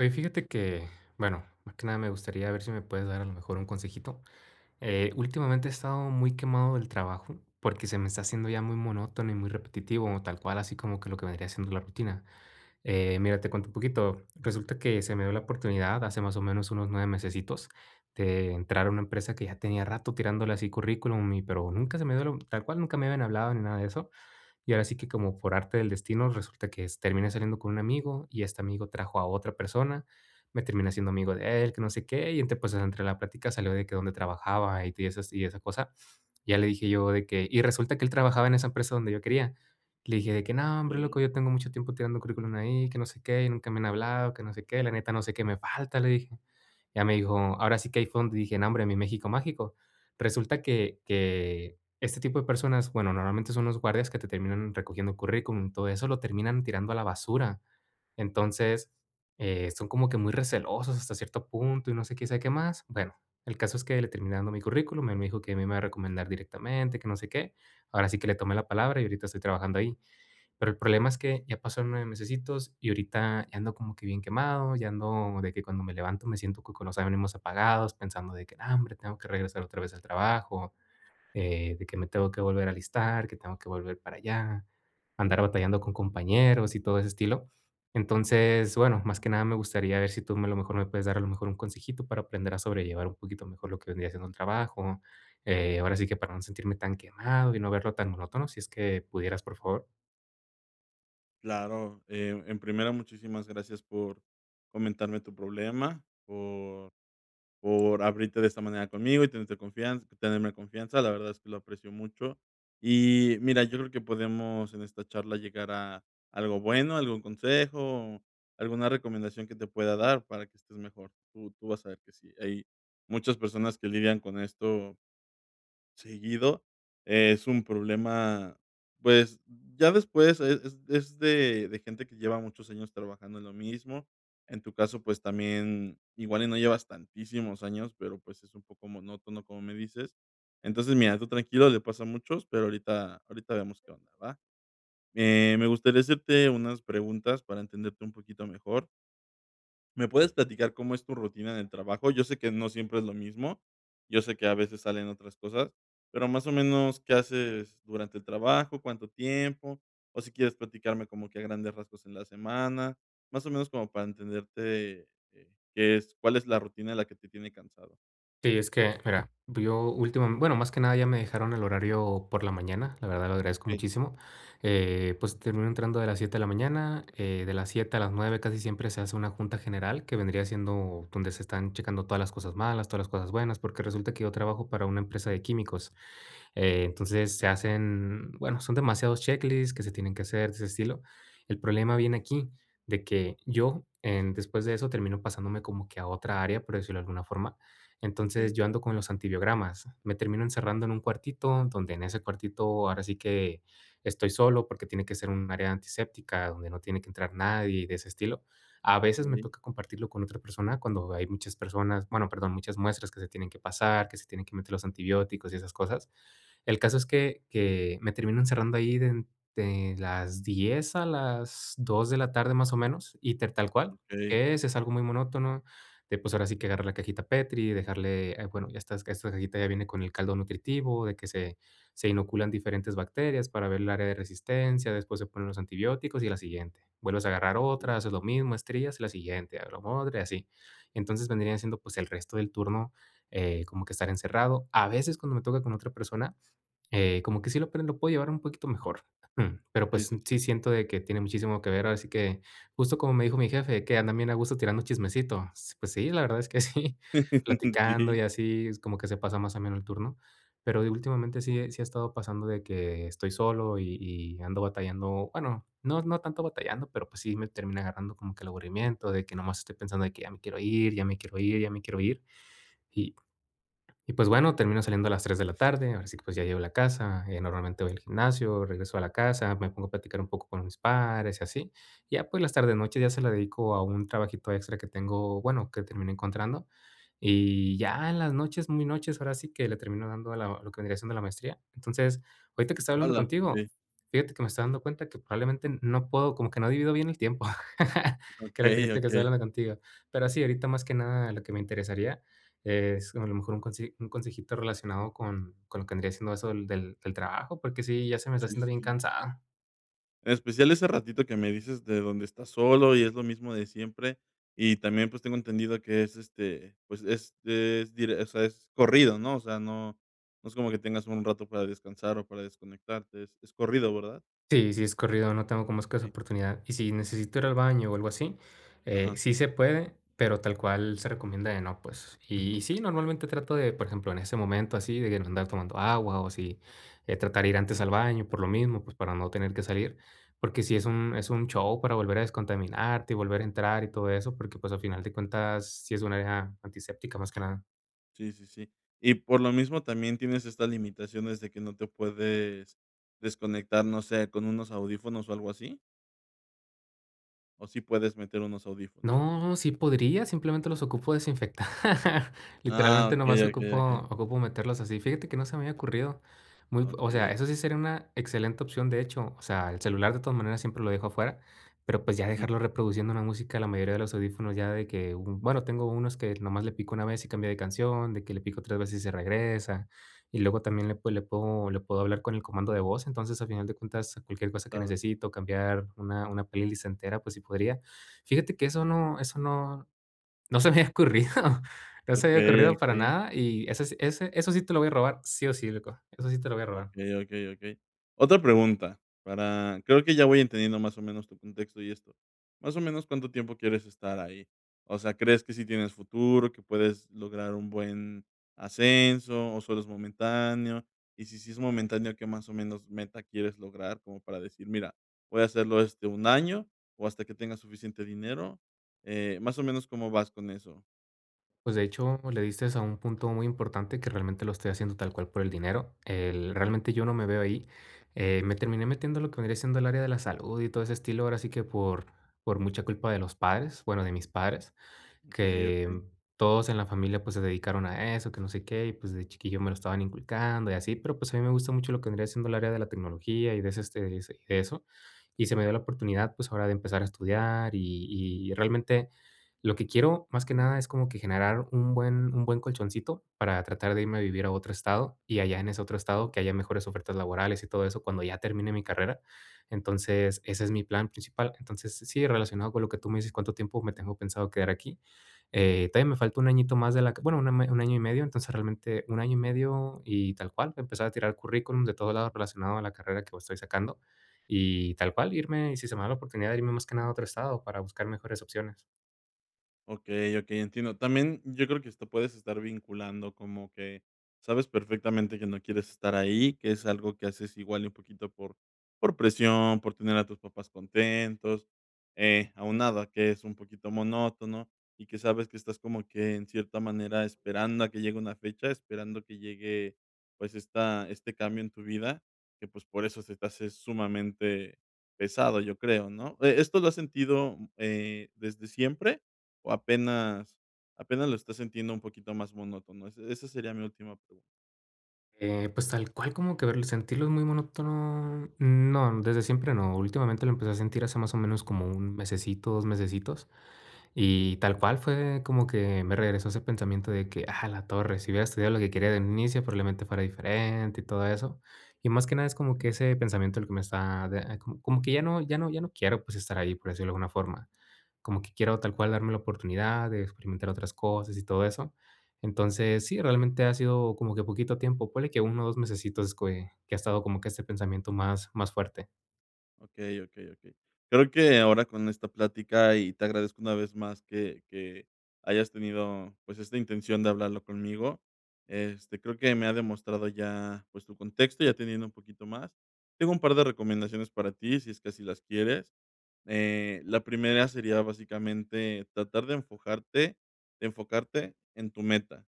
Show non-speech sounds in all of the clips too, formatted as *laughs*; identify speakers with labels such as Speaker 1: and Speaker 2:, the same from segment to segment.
Speaker 1: Oye, fíjate que, bueno, más que nada me gustaría ver si me puedes dar a lo mejor un consejito. Últimamente he estado muy quemado del trabajo porque se me está haciendo ya muy monótono y muy repetitivo, tal cual, así como que lo que vendría siendo la rutina. Mira, te cuento un poquito. Resulta que se me dio la oportunidad hace más o menos unos 9 mesecitos de entrar a una empresa que ya tenía rato tirándole así currículum, y, pero nunca se me dio, tal cual, nunca me habían hablado ni nada de eso. Y ahora sí que como por arte del destino, resulta que s terminé saliendo con un amigo, y este amigo trajo a otra persona, me terminé siendo amigo de él, que no sé qué, y entre pues, entre la plática salió de que dónde trabajaba y, esas y esa cosa. Ya le dije yo de que y resulta que él trabajaba en esa empresa donde yo quería. Le dije de que: "No, hombre,
Speaker 2: Okey,
Speaker 1: loco, yo tengo mucho tiempo tirando currículum ahí, que no sé qué, y nunca me han hablado, que no sé qué, la neta no sé qué me falta", le dije. Ya me dijo ahora sí que ahí fue donde dije: "No, hombre, mi México mágico". Resulta que este tipo de personas, bueno, normalmente son los guardias que te terminan recogiendo currículum, todo eso lo terminan tirando a la basura. Entonces, son como que muy recelosos hasta cierto punto y no sé qué, sabe qué más. Bueno, el caso es que le terminé dando mi currículum, él me dijo que me iba a recomendar directamente, que no sé qué. Ahora sí que le tomé la palabra y ahorita estoy trabajando ahí. Pero el problema es que ya pasaron 9 mesecitos y ahorita ya ando como que bien quemado, ya ando de que cuando me levanto me siento con los ánimos apagados, pensando de que, "Ah, hombre, tengo que regresar otra vez al trabajo, de que me tengo que volver a alistar, que tengo que volver para allá, andar batallando con compañeros y todo ese estilo". Entonces, bueno, más que nada me gustaría ver si a lo mejor me puedes dar a lo mejor un consejito para aprender a sobrellevar un poquito mejor lo que vendría siendo el trabajo, ahora sí que para no sentirme tan quemado y no verlo tan monótono, si es que pudieras, por favor.
Speaker 2: claro, en primera, muchísimas gracias por comentarme tu problema, por abrirte de esta manera conmigo y tenerte confianza tenerme confianza, la verdad es que lo aprecio mucho. Y mira, yo creo que podemos en esta charla llegar a algo bueno, algún consejo, alguna recomendación que te pueda dar para que estés mejor. Tú vas a ver que sí, hay muchas personas que lidian con esto seguido, es un problema, pues, ya después es de gente que lleva muchos años trabajando en lo mismo. En tu caso, pues, también igual y no llevas tantísimos años, pero, pues, es un poco monótono, como me dices. Entonces, mira, tú tranquilo, le pasa a muchos, pero ahorita vemos qué onda, ¿va? Me gustaría hacerte unas preguntas para entenderte un poquito mejor. ¿Me puedes platicar cómo es tu rutina en el trabajo? Yo sé que no siempre es lo mismo, yo sé que a veces salen otras cosas, pero más o menos, ¿qué haces durante el trabajo? ¿Cuánto tiempo? O si quieres platicarme como que a grandes rasgos en la semana, más o menos como para entenderte, qué es cuál es la rutina en la que te tiene cansado.
Speaker 1: Sí, es que, mira, yo últimamente, bueno, más que nada ya me dejaron el horario por la mañana, la verdad lo agradezco
Speaker 2: Okey,
Speaker 1: muchísimo. Pues termino entrando de las 7 de la mañana, de las 7 a las 9 casi siempre se hace una junta general que vendría siendo donde se están checando todas las cosas malas, todas las cosas buenas, porque resulta que yo trabajo para una empresa de químicos. Entonces se hacen, bueno, son demasiados checklists que se tienen que hacer de ese estilo. El problema viene aquí, de que yo después de eso termino pasándome como que a otra área, por decirlo de alguna forma. Entonces,
Speaker 2: okey,
Speaker 1: yo ando con los antibiogramas. Me termino encerrando en un cuartito, donde en ese cuartito ahora sí que estoy solo, porque tiene que ser un área antiséptica, donde no tiene que entrar nadie y de ese estilo. A veces me
Speaker 2: okey,
Speaker 1: toca compartirlo con otra persona cuando hay muchas personas, bueno, perdón, muchas muestras que se tienen que pasar, que se tienen que meter los antibióticos y esas cosas. El caso es que me termino encerrando ahí de las 10 a las 2 de la tarde, más o menos, y ter tal cual,
Speaker 2: okey.
Speaker 1: es algo muy monótono de pues ahora sí que agarrar la cajita Petri, dejarle, bueno, esta cajita ya viene con el caldo nutritivo, se inoculan diferentes bacterias para ver el área de resistencia, después se ponen los antibióticos y la siguiente. Vuelves a agarrar otra, haces lo mismo, estrías y la siguiente, a lo madre, así. Entonces vendría siendo pues el resto del turno, como que estar encerrado. A veces cuando me toca con otra persona, como que sí lo, pero lo puedo llevar un poquito mejor. Ujú, pero,
Speaker 2: Sí,
Speaker 1: pues,
Speaker 2: sí,
Speaker 1: sí
Speaker 2: sí.
Speaker 1: siento de que tiene muchísimo que ver, así que, justo como me dijo mi jefe, que andan bien a gusto tirando chismecito. S Pues sí, la verdad es que sí, *laughs*
Speaker 2: *laughs*
Speaker 1: platicando
Speaker 2: Sí.
Speaker 1: y así, es como que se pasa más ameno el turno. Pero últimamente sí ha estado pasando de que estoy solo y ando batallando, bueno, no tanto batallando, pero, pues, sí me termina agarrando como que el aburrimiento de que nomás estoy pensando de que ya me quiero ir, ya me quiero ir, ya me quiero ir, y pues bueno, termino saliendo a las 3 de la tarde, ahora sí que pues ya llego a la casa, normalmente voy al gimnasio, regreso a la casa, me pongo a platicar un poco con mis padres y así. Ya pues las tardes noches ya se la dedico a un trabajito extra que tengo, bueno, que termino encontrando. Y ya en las noches, muy noches, ahora sí que le termino dando a lo que vendría siendo la maestría. Entonces, ahorita que estaba hablando
Speaker 2: Hola.
Speaker 1: contigo,
Speaker 2: Okey,
Speaker 1: fíjate que me estoy dando cuenta que probablemente no puedo, como que no divido bien el tiempo. *laughs* Creo que
Speaker 2: okey,
Speaker 1: ahorita que estoy
Speaker 2: okey.
Speaker 1: hablando contigo. Pero sí, ahorita más que nada lo que me interesaría Es a lo mejor un consejito relacionado con lo que vendría siendo eso del trabajo, porque sí, ya se me está
Speaker 2: Sí,
Speaker 1: haciendo
Speaker 2: sí,
Speaker 1: bien
Speaker 2: sí.
Speaker 1: cansado.
Speaker 2: En especial ese ratito que me dices de donde estás solo y es lo mismo de siempre. Y también, pues, tengo entendido que es, este, pues, es dire o sea, es corrido, ¿no? O sea, no es como que tengas un rato para descansar o para desconectarte, es corrido, ¿verdad?
Speaker 1: Sí, sí es corrido, no tengo como es que esa
Speaker 2: Sí.
Speaker 1: oportunidad. Y si necesito ir al baño o algo así,
Speaker 2: Ajá.
Speaker 1: sí se puede, pero tal cual se recomienda de no, pues. Y sí, normalmente trato de, por ejemplo, en ese momento así, de no andar tomando agua o si tratar de ir antes al baño por lo mismo, pues para no tener que salir, porque sí es un show para volver a descontaminarte y volver a entrar y todo eso, porque pues al final de cuentas sí es un área antiséptica más que nada.
Speaker 2: Sí, sí, sí. Y por lo mismo también tienes estas limitaciones de que no te puedes desconectar, no sé, con unos audífonos o algo así, ¿o sí puedes meter unos audífonos?
Speaker 1: No, sí podría, simplemente los ocupo desinfectar. *laughs*
Speaker 2: Ah,
Speaker 1: Literalmente
Speaker 2: okey,
Speaker 1: nomás
Speaker 2: okey, okey.
Speaker 1: ocupo meterlos así. Fíjate que no se me había ocurrido. Muy, p O sea,
Speaker 2: Okey.
Speaker 1: eso sí sería una excelente opción, de hecho. O sea, el celular de todas maneras siempre lo dejo afuera, pero, pues, ya
Speaker 2: Ujú.
Speaker 1: dejarlo reproduciendo una música, la mayoría de los audífonos ya de que un bueno, tengo unos que nomás le pico una vez y cambia de canción, de que le pico 3 veces y se regresa, y luego también le puedo hablar con el comando de voz, entonces, a final de cuentas, cualquier cosa que
Speaker 2: Claro.
Speaker 1: necesito, cambiar una playlist entera, pues sí podría. Fíjate que eso no se me había ocurrido, *laughs* no se me había
Speaker 2: Okey,
Speaker 1: ocurrido para
Speaker 2: okey.
Speaker 1: nada y ese sí ese eso sí te lo voy a robar sí o sí, loco, eso sí te lo voy a robar.
Speaker 2: Ok, ok, ok. Otra pregunta, para creo que ya voy entendiendo más o menos tu contexto y esto. Más o menos, ¿cuánto tiempo quieres estar ahí? O sea, ¿crees que si tienes futuro, que puedes lograr un buen ascenso o solo es momentáneo? Y si sí es momentáneo, ¿qué más o menos meta quieres lograr? Como para decir: "Mira, voy a hacerlo, este, un año o hasta que tenga suficiente dinero". Más o menos, ¿cómo vas con eso?
Speaker 1: Pues, de hecho, le diste a un punto muy importante que realmente lo estoy haciendo tal cual por el dinero. El
Speaker 2: Okey,
Speaker 1: realmente yo no me veo ahí. Me terminé metiendo lo que vendría siendo el área de la salud y todo ese estilo, ahora sí que por mucha culpa de los padres, bueno, de mis padres.
Speaker 2: okey,
Speaker 1: que
Speaker 2: okey.
Speaker 1: mm, Todos en la familia, pues, se dedicaron a eso, que no sé qué, y pues de chiquillo me lo estaban inculcando y así, pero pues a mí me gusta mucho lo que vendría siendo el área de la tecnología y de ese, este, y de eso. Y se me dio la oportunidad, pues, ahora de empezar a estudiar y realmente lo que quiero más que nada es como que generar un buen colchoncito para tratar de irme a vivir a otro estado y allá en ese otro estado que haya mejores ofertas laborales y todo eso cuando ya termine mi carrera. Entonces, ese es mi plan principal. Entonces, sí, relacionado con lo que tú me dices, cuánto tiempo me tengo pensado quedar aquí, todavía me faltó un añito más de bueno, un año y medio, entonces realmente un año y medio y tal cual, empezar a tirar currículum de todos lados relacionado a la carrera que estoy sacando y tal cual irme, y si se me da la oportunidad, irme más que nada a otro estado para buscar mejores opciones.
Speaker 2: Okey, okey, entiendo. También yo creo que esto puedes estar vinculando como que sabes perfectamente que no quieres estar ahí, que es algo que haces igual y un poquito por presión, por tener a tus papás contentos, aunado a que es un poquito monótono y que sabes que estás como que en cierta manera esperando a que llegue una fecha, esperando que llegue, pues, esta este cambio en tu vida, que, pues, por eso se te hace sumamente pesado, yo creo, ¿no? ¿E esto lo has sentido, desde siempre o apenas lo estás sintiendo un poquito más monótono? Ese Esa sería mi última pregunta.
Speaker 1: Pues, tal cual como que verlo sentirlos muy monótono, no, desde siempre no. Últimamente lo empecé a sentir hace más o menos como un mesecito, 2 mesecitos, y tal cual fue como que me regresó ese pensamiento de que: "Ah, la torre, si hubiera estudiado lo que quería de inicio, probablemente fuera diferente", y todo eso. Y más que nada es como que
Speaker 2: Ujú.
Speaker 1: ese pensamiento el que me está de como como que ya no ya no quiero, pues, estar ahí, por decirlo de alguna forma, como que quiero tal cual darme la oportunidad de experimentar otras cosas y todo eso. Entonces, sí, realmente ha sido como que poquito tiempo, ponle que uno o 2 mesecitos que ha estado como que este pensamiento más fuerte.
Speaker 2: Okey, okey, okey. Creo que ahora con esta plática, y te agradezco una vez más que hayas tenido, pues, esta intención de hablarlo conmigo, este, creo que me ha demostrado ya, pues, tu contexto, ya teniendo un poquito más. Tengo un par de recomendaciones para ti, si es que así las quieres. La primera sería básicamente tratar de enfocarte en tu meta.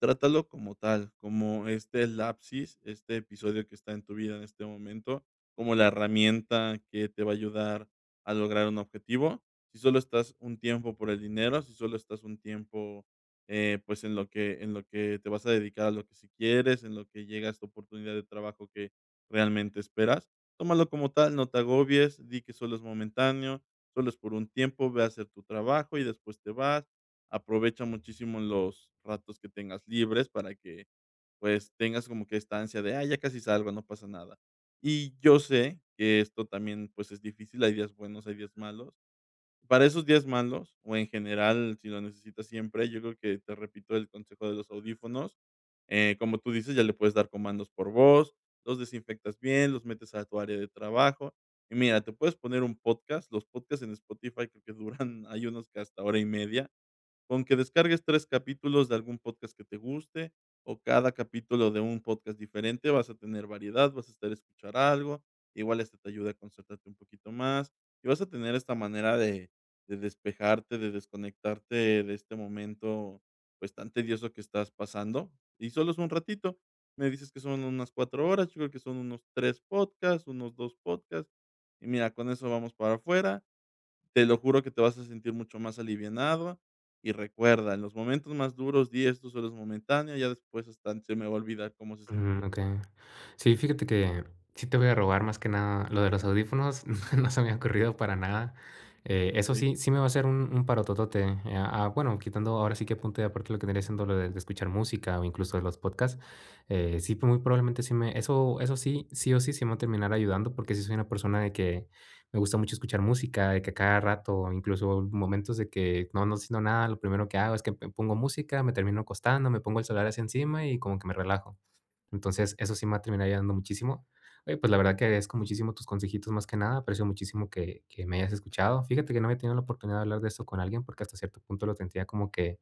Speaker 2: Trátalo como tal, como este lapsis, este episodio que está en tu vida en este momento, como la herramienta que te va a ayudar a lograr un objetivo. Si solo estás un tiempo por el dinero, si solo estás un tiempo, pues en lo que te vas a dedicar a lo que si quieres, en lo que llega esta oportunidad de trabajo que realmente esperas, tómalo como tal, no te agobies, di que solo es momentáneo, solo es por un tiempo, ve a hacer tu trabajo y después te vas. Aprovecha muchísimo los ratos que tengas libres para que, pues, tengas como que esta ansia de: "Ah, ya casi salgo, no pasa nada". Y yo sé que esto también, pues, es difícil, hay días buenos, hay días malos. Para esos días malos, o en general, si lo necesitas siempre, yo creo que te repito el consejo de los audífonos. Como tú dices, ya le puedes dar comandos por voz, los desinfectas bien, los metes a tu área de trabajo. Y mira, te puedes poner un podcast, los podcasts en Spotify creo que duran *laughs* hay unos que hasta hora y media. Con que descargues 3 capítulos de algún podcast que te guste, o cada capítulo de un podcast diferente, vas a tener variedad, vas a estar a escuchar algo, igual esto te ayuda a concentrarte un poquito más, y vas a tener esta manera de despejarte, de desconectarte de este momento, pues, tan tedioso que estás pasando, y solo es un ratito. Me dices que son unas 4 horas, yo creo que son unos 3 podcasts, unos 2 podcasts, y mira, con eso vamos para afuera. Te lo juro que te vas a sentir mucho más alivianado y recuerda, en los momentos más duros di esto solo es momentáneo, ya después hasta se me va a olvidar cómo se
Speaker 1: Mm,
Speaker 2: sentía,
Speaker 1: okey. Sí, fíjate que sí te voy a robar más que nada lo de los audífonos, *laughs* no se me ha ocurrido para nada. Eso
Speaker 2: okey.
Speaker 1: sí, me va a hacer un parototote, bueno, quitando ahora sí que apunte y aparte lo que vendría siendo lo de escuchar música o incluso de los podcasts, sí, pues muy probablemente sí me eso eso sí, sí o sí, sí me va a terminar ayudando, porque sí soy una persona de que me gusta mucho escuchar música, de que a cada rato, incluso momentos de que no haciendo nada, lo primero que hago es que me pongo música, me termino acostando, me pongo el celular hacia encima y como que me relajo. Entonces, eso sí me ha terminado ayudando muchísimo. Oye, pues la verdad que agradezco muchísimo tus consejitos más que nada, aprecio muchísimo que me hayas escuchado. Fíjate que no había tenido la oportunidad de hablar de esto con alguien porque hasta cierto punto lo sentía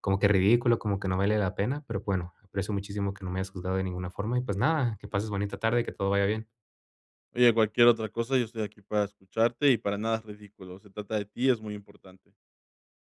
Speaker 1: como que ridículo, como que no vale la pena, pero bueno, aprecio muchísimo que no me hayas juzgado de ninguna forma y pues nada, que pases bonita tarde y que todo vaya bien.
Speaker 2: Oye, cualquier otra cosa, yo estoy aquí para escucharte y para nada es ridículo, se trata de ti, es muy importante.